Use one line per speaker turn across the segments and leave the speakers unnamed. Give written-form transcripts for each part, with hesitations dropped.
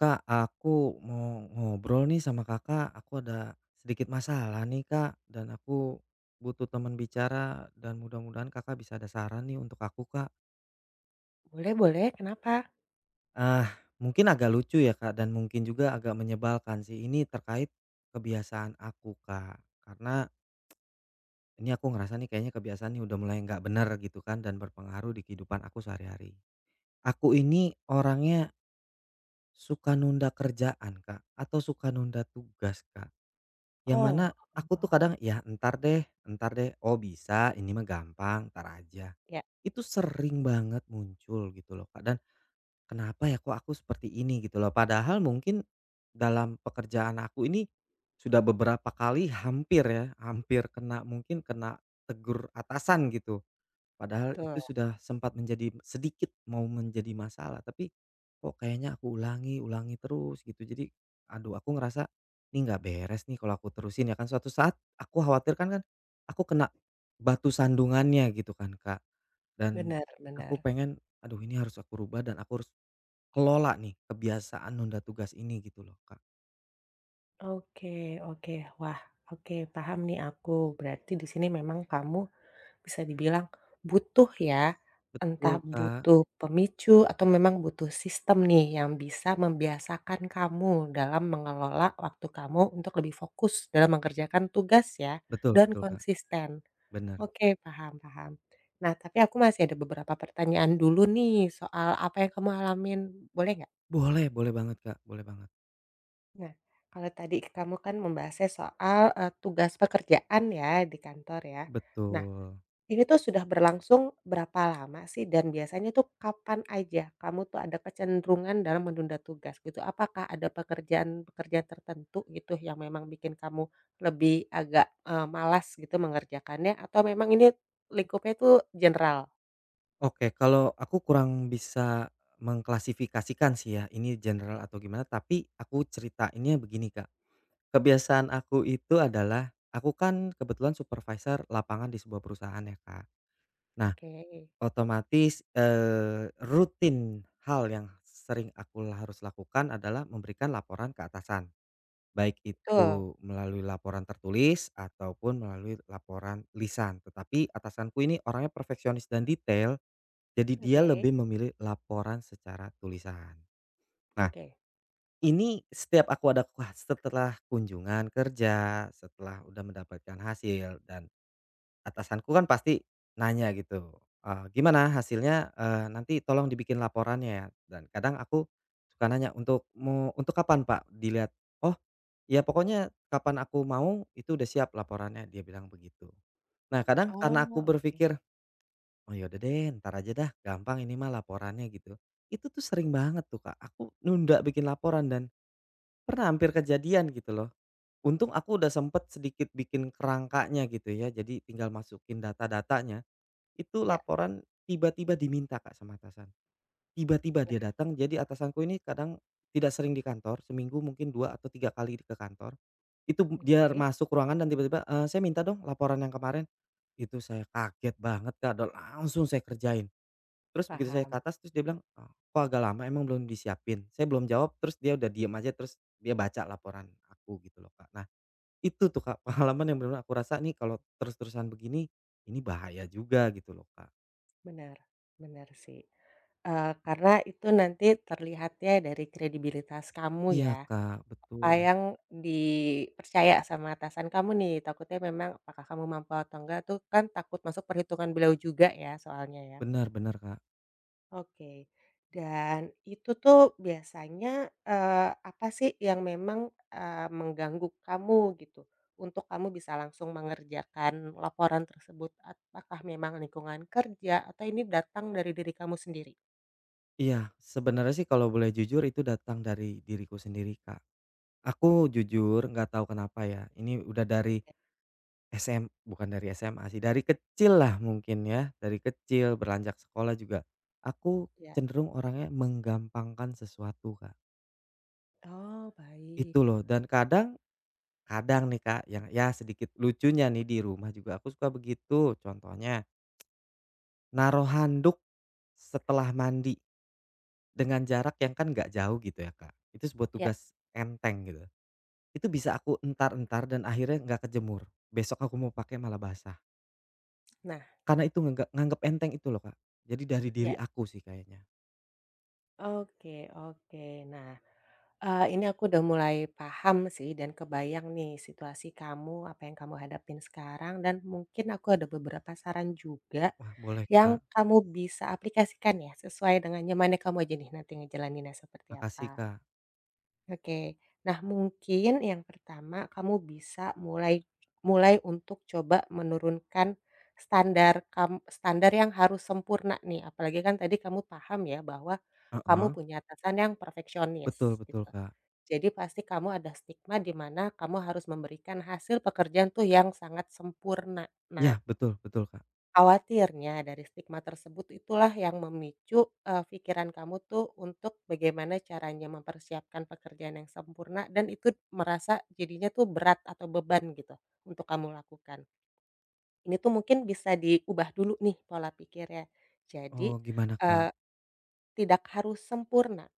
Kak, aku mau ngobrol nih sama Kakak. Aku ada sedikit masalah nih, Kak, dan aku butuh teman bicara dan mudah-mudahan Kakak bisa ada saran nih untuk aku, Kak.
Boleh boleh, kenapa?
Ah, Mungkin agak lucu ya, Kak, dan mungkin juga agak menyebalkan sih. Ini terkait kebiasaan aku, Kak. Karena ini aku ngerasa nih kayaknya kebiasaan ini udah mulai nggak benar gitu kan dan berpengaruh di kehidupan aku sehari-hari. Aku ini orangnya suka nunda kerjaan, Kak, atau suka nunda tugas, Kak. Yang mana
Oh,
aku tuh
oh.
kadang, "Ya entar deh, oh bisa ini mah gampang, entar aja."
Ya,
Itu sering banget muncul gitu loh, Kak, dan kenapa ya kok aku seperti ini gitu loh. Padahal mungkin dalam pekerjaan aku ini sudah beberapa kali hampir ya, hampir kena mungkin kena tegur atasan gitu. Padahal itu
betul.
sudah sempat menjadi sedikit mau menjadi masalah, tapi kok kayaknya aku ulangi ulangi terus gitu. Jadi aduh aku ngerasa ini nggak beres nih kalau aku terusin ya kan suatu saat aku khawatirkan kan aku kena batu sandungannya gitu kan, Kak. Dan
Benar
aku
benar.
pengen aduh ini harus aku rubah dan aku harus kelola nih kebiasaan nunda tugas ini gitu loh, Kak.
Oke oke. Wah, oke, paham nih aku. Berarti di sini memang kamu bisa dibilang butuh ya, entah
Betul, Kak,
butuh pemicu atau memang butuh sistem nih yang bisa membiasakan kamu dalam mengelola waktu kamu untuk lebih fokus dalam mengerjakan tugas ya,
betul
dan
betul, Kak,
konsisten.
bener.
Oke, paham paham. Nah, tapi aku masih ada beberapa pertanyaan dulu nih soal apa yang kamu alamin, boleh nggak?
Boleh boleh banget, Kak, boleh banget.
Nah, kalau tadi kamu kan membahasnya soal, tugas pekerjaan ya di kantor ya. Nah,
Betul.
ini tuh sudah berlangsung berapa lama sih dan biasanya tuh kapan aja kamu tuh ada kecenderungan dalam menunda tugas gitu? Apakah ada pekerjaan-pekerjaan tertentu gitu yang memang bikin kamu lebih agak, malas gitu mengerjakannya atau memang ini lingkupnya tuh general?
Oke, kalau aku kurang bisa mengklasifikasikan sih ya, ini general atau gimana, tapi aku ceritainnya begini, Kak. Kebiasaan aku itu adalah aku kan kebetulan supervisor lapangan di sebuah perusahaan ya, Kak. Nah,
Oke.
otomatis, rutin hal yang sering aku harus lakukan adalah memberikan laporan ke atasan, baik
Betul.
itu melalui laporan tertulis ataupun melalui laporan lisan. Tetapi atasanku ini orangnya perfeksionis dan detail, jadi dia
Oke
lebih memilih laporan secara tulisan. Nah,
oke.
ini setiap aku ada wah, setelah kunjungan kerja, setelah udah mendapatkan hasil dan atasanku kan pasti nanya gitu, "Gimana hasilnya? Nanti tolong dibikin laporannya ya." Dan kadang aku suka nanya, "Untuk mau untuk kapan, Pak, dilihat?" "Oh, ya pokoknya kapan aku mau itu udah siap laporannya," dia bilang begitu. Nah, kadang karena aku
Oh, oke.
berpikir, "Oh, yaudah udah deh, entar aja dah, gampang ini mah laporannya," gitu. Itu tuh sering banget tuh, Kak, aku nunda bikin laporan dan pernah hampir kejadian gitu loh. Untung aku udah sempet sedikit bikin kerangkanya gitu ya, jadi tinggal masukin data-datanya, itu
Ya,
laporan tiba-tiba diminta, Kak, sama atasan. Tiba-tiba dia datang, jadi atasanku ini kadang tidak sering di kantor, seminggu mungkin 2 atau 3 kali ke kantor. Itu dia
oke.
masuk ruangan dan tiba-tiba, "Saya minta dong laporan yang kemarin." Itu saya kaget banget, Kak, dan langsung saya kerjain. Terus begitu saya ke
Paham.
atas terus dia bilang, "Kok agak lama emang belum disiapin?" Saya belum jawab terus dia udah diem aja terus dia baca laporan aku gitu loh, Kak. Nah, itu tuh, Kak, pengalaman yang benar-benar aku rasa nih kalau terus-terusan begini, ini bahaya juga gitu loh, Kak.
Benar, benar sih. Karena itu nanti terlihatnya dari kredibilitas kamu
Iya,
ya,
Kak,
apa
betul.
yang dipercaya sama atasan kamu nih, takutnya memang apakah kamu mampu atau enggak tuh kan takut masuk perhitungan beliau juga ya soalnya ya.
Benar benar, Kak.
Oke. Dan itu tuh biasanya, eee, apa sih yang memang, mengganggu kamu gitu, untuk kamu bisa langsung mengerjakan laporan tersebut? Apakah memang lingkungan kerja atau ini datang dari diri kamu sendiri?
Iya, sebenarnya sih kalau boleh jujur itu datang dari diriku sendiri, Kak. Aku jujur nggak tahu kenapa ya, ini udah dari
Oke,
SM bukan dari SMA sih, dari kecil lah mungkin ya, dari kecil beranjak sekolah juga, aku
ya.
cenderung orangnya menggampangkan sesuatu, Kak.
Oh,
Itu
baik.
loh dan kadang kadang nih, Kak, yang ya sedikit lucunya nih di rumah juga aku suka begitu. Contohnya, naruh handuk setelah mandi dengan jarak yang kan nggak jauh gitu ya, Kak. Itu sebuah
Ya.
tugas enteng gitu. Itu bisa aku entar-entar dan akhirnya nggak kejemur. Besok aku mau pakai malah basah.
Nah.
Karena itu nganggep enteng itu loh, Kak. Jadi dari diri
Ya.
aku sih kayaknya.
Oke oke. Nah ini aku udah mulai paham sih dan kebayang nih situasi kamu, apa yang kamu hadapin sekarang dan mungkin aku ada beberapa saran juga,
Wah boleh, Kak.
yang kamu bisa aplikasikan ya sesuai dengan nyamannya kamu aja nih nanti ngejalaninnya seperti
Makasih,
apa.
Kak.
Oke, nah mungkin yang pertama kamu bisa mulai mulai untuk coba menurunkan standar kam standar yang harus sempurna nih, apalagi kan tadi kamu paham ya bahwa kamu
Heeh.
punya atasan yang
Betul
perfeksionis
betul,
gitu.
Kak.
Jadi pasti kamu ada stigma di mana kamu harus memberikan hasil pekerjaan tuh yang sangat sempurna. Nah,
Iya, betul betul, Kak.
khawatirnya dari stigma tersebut itulah yang memicu, pikiran kamu tuh untuk bagaimana caranya mempersiapkan pekerjaan yang sempurna dan itu merasa jadinya tuh berat atau beban gitu untuk kamu lakukan. Ini tuh mungkin bisa diubah dulu nih pola pikirnya. Jadi,
Oh gimana,
eh,
Kak?
tidak harus sempurna,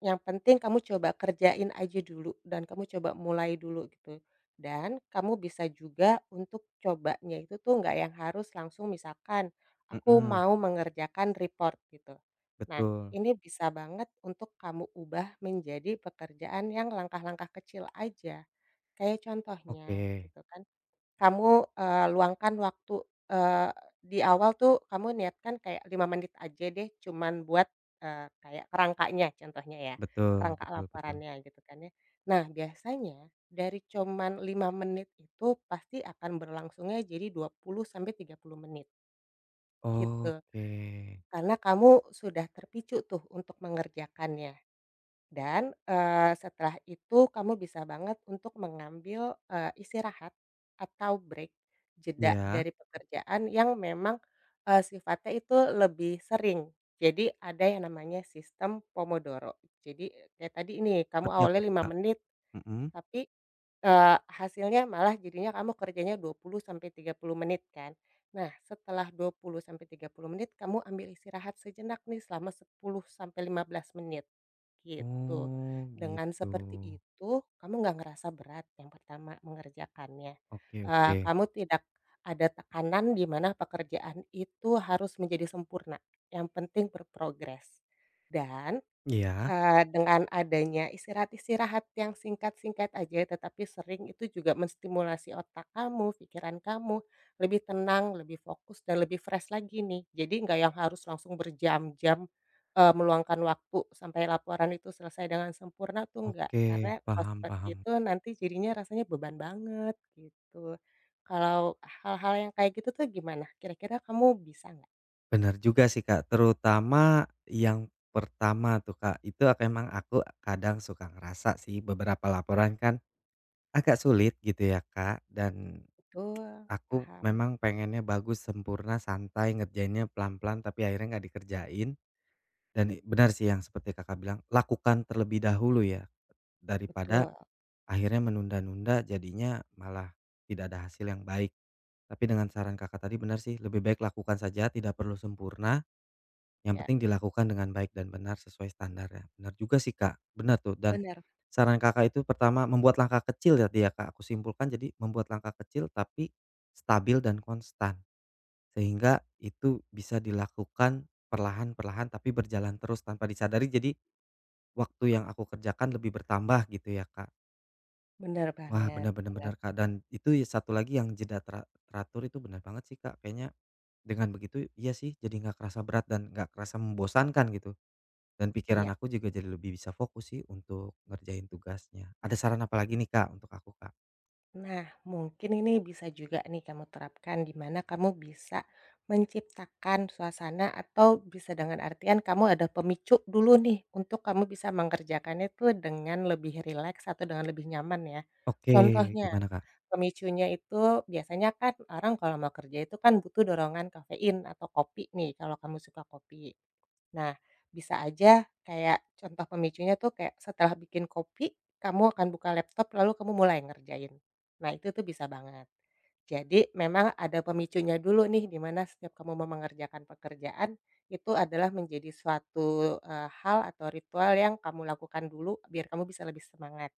yang penting kamu coba kerjain aja dulu dan kamu coba mulai dulu gitu. Dan kamu bisa juga untuk cobanya itu tuh nggak yang harus langsung misalkan, aku
Mhm,
mau mengerjakan report gitu. Nah,
betul.
ini bisa banget untuk kamu ubah menjadi pekerjaan yang langkah-langkah kecil aja, kayak contohnya
Oke.
gitu kan kamu, luangkan waktu, eee, di awal tuh kamu niatkan kayak 5 menit aja deh cuman buat, kayak kerangkanya contohnya ya,
Betul
kerangka
betul betul.
laporannya gitu kan ya. Nah biasanya dari cuman 5 menit itu pasti akan berlangsungnya jadi 20 sampai 30 menit gitu,
Oke.
karena kamu sudah terpicu tuh untuk mengerjakannya. Dan, setelah itu kamu bisa banget untuk mengambil, istirahat atau break, jeda
Iya,
dari pekerjaan yang memang, sifatnya itu lebih sering. Jadi ada yang namanya sistem Pomodoro. Jadi kayak tadi ini, kamu
seperti apa
awalnya
tuh,
5
Kak?
menit,
Mhm.
tapi hasilnya malah jadinya kamu kerjanya 20 sampai 30 menit kan. Nah, setelah 20 sampai 30 menit kamu ambil istirahat sejenak nih selama 10 sampai 15 menit, gitu.
Oh
Dengan
gitu.
seperti itu kamu nggak ngerasa berat yang pertama mengerjakannya.
Oke oke.
Kamu tidak ada tekanan di mana pekerjaan itu harus menjadi sempurna, yang penting berprogres. Dan
Iya.
Dengan adanya istirahat-istirahat yang singkat-singkat aja tetapi sering itu juga menstimulasi otak kamu, pikiran kamu, lebih tenang, lebih fokus, dan lebih fresh lagi nih. Jadi nggak yang harus langsung berjam-jam, meluangkan waktu sampai laporan itu selesai dengan sempurna tuh enggak,
Oke,
karena kalau
paham
seperti
paham.
itu nanti jadinya rasanya beban banget gitu. Kalau hal-hal yang kayak gitu tuh gimana? Kira-kira kamu bisa nggak?
Bener juga sih, Kak, terutama yang pertama tuh, Kak, itu emang aku kadang suka ngerasa sih beberapa laporan kan agak sulit gitu ya, Kak, dan
Betul,
aku
paham,
memang pengennya bagus, sempurna, santai, ngerjainnya pelan-pelan tapi akhirnya nggak dikerjain dan benar sih yang seperti Kakak bilang, lakukan terlebih dahulu ya daripada
betul,
akhirnya menunda-nunda jadinya malah tidak ada hasil yang baik. Tapi dengan saran Kakak tadi benar sih, lebih baik lakukan saja tidak perlu sempurna. Yang
ya,
penting dilakukan dengan baik dan benar sesuai standar ya. Benar juga sih, Kak, benar tuh dan
benar.
saran Kakak itu pertama membuat langkah kecil tadi ya, Kak, aku simpulkan jadi membuat langkah kecil tapi stabil dan konstan. Sehingga itu bisa dilakukan perlahan-perlahan tapi berjalan terus tanpa disadari jadi waktu yang aku kerjakan lebih bertambah gitu ya, Kak. Wah, benar-benar
Bener
benar benar benar, Kak, dan
banget,
itu ya satu lagi yang jeda teratur itu benar banget sih, Kak, kayaknya dengan begitu iya sih jadi nggak kerasa berat dan nggak kerasa membosankan gitu. Dan pikiran
iya.
aku juga jadi lebih bisa fokus sih untuk ngerjain tugasnya. Ada saran apa lagi nih, Kak, untuk aku, Kak?
Nah, mungkin ini bisa juga nih kamu terapkan di mana kamu bisa menciptakan suasana atau bisa dengan artian kamu ada pemicu dulu nih untuk kamu bisa mengerjakannya itu dengan lebih rileks atau dengan lebih nyaman ya.
Oke.
Contohnya,
Gimana, Kak?
pemicunya itu biasanya kan orang kalau mau kerja itu kan butuh dorongan kafein atau kopi nih kalau kamu suka kopi. Nah, bisa aja kayak contoh pemicunya tuh kayak setelah bikin kopi, kamu akan buka laptop lalu kamu mulai ngerjain. Nah, itu tuh bisa banget. Jadi memang ada pemicunya dulu nih di mana setiap kamu mau mengerjakan pekerjaan itu adalah menjadi suatu, hal atau ritual yang kamu lakukan dulu biar kamu bisa lebih semangat.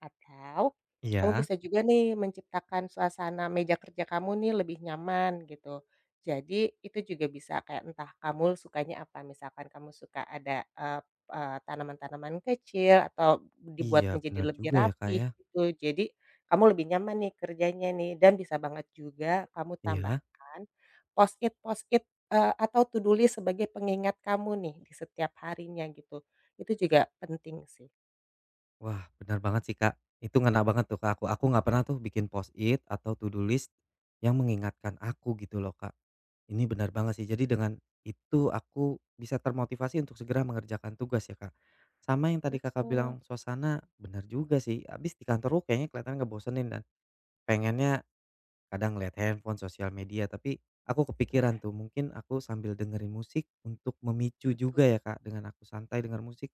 Atau kamu
Iya.
bisa juga nih menciptakan suasana meja kerja kamu nih lebih nyaman gitu. Jadi itu juga bisa kayak entah kamu sukanya apa, misalkan kamu suka ada, eee eee, tanaman-tanaman kecil atau dibuat
Iya,
menjadi
benar
lebih
juga ya, Kak,
rapih
ya.
gitu. Jadi kamu lebih nyaman nih kerjanya nih dan bisa banget juga kamu
Iya.
tambahkan post-it, atau to do list sebagai pengingat kamu nih di setiap harinya gitu. Itu juga penting sih.
Wah, benar banget sih, Kak. Itu ngena banget tuh, Kak, aku. Aku nggak pernah tuh bikin post it atau to do list yang mengingatkan aku gitu loh, Kak. Ini benar banget sih. Jadi dengan itu aku bisa termotivasi untuk segera mengerjakan tugas ya, Kak. Sama yang tadi Kakak
Betul.
bilang suasana benar juga sih. Abis di kantor aku kayaknya kelihatan ngebosenin dan pengennya. Kadang ngelihat handphone, sosial media, tapi aku
Nah
kepikiran tuh mungkin aku sambil dengerin musik untuk memicu juga
Betul.
ya, Kak, dengan aku santai denger musik,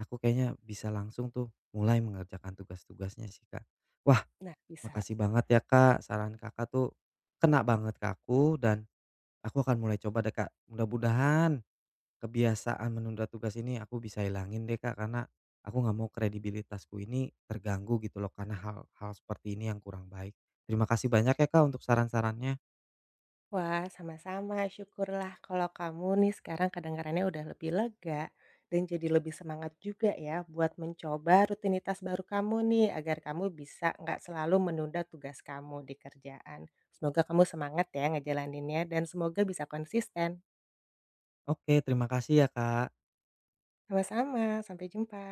aku kayaknya bisa langsung tuh mulai mengerjakan tugas-tugasnya sih, Kak. Wah,
Nah, bisa.
makasih banget ya, Kak, saran Kakak tuh kena banget ke aku dan aku akan mulai coba deh, Kak. Mudah-mudahan kebiasaan menunda tugas ini aku bisa hilangin deh, Kak, karena aku nggak mau kredibilitasku ini terganggu gitu loh karena hal-hal seperti ini yang kurang baik. Terima kasih banyak ya, Kak, untuk saran-sarannya.
Wah, sama-sama. Syukurlah kalau kamu nih sekarang kedengarannya udah lebih lega dan jadi lebih semangat juga ya buat mencoba rutinitas baru kamu nih agar kamu bisa nggak selalu menunda tugas kamu di kerjaan. Semoga kamu semangat ya ngejalaninnya dan semoga bisa konsisten.
Oke, terima kasih ya, Kak.
Sama-sama, sampai jumpa.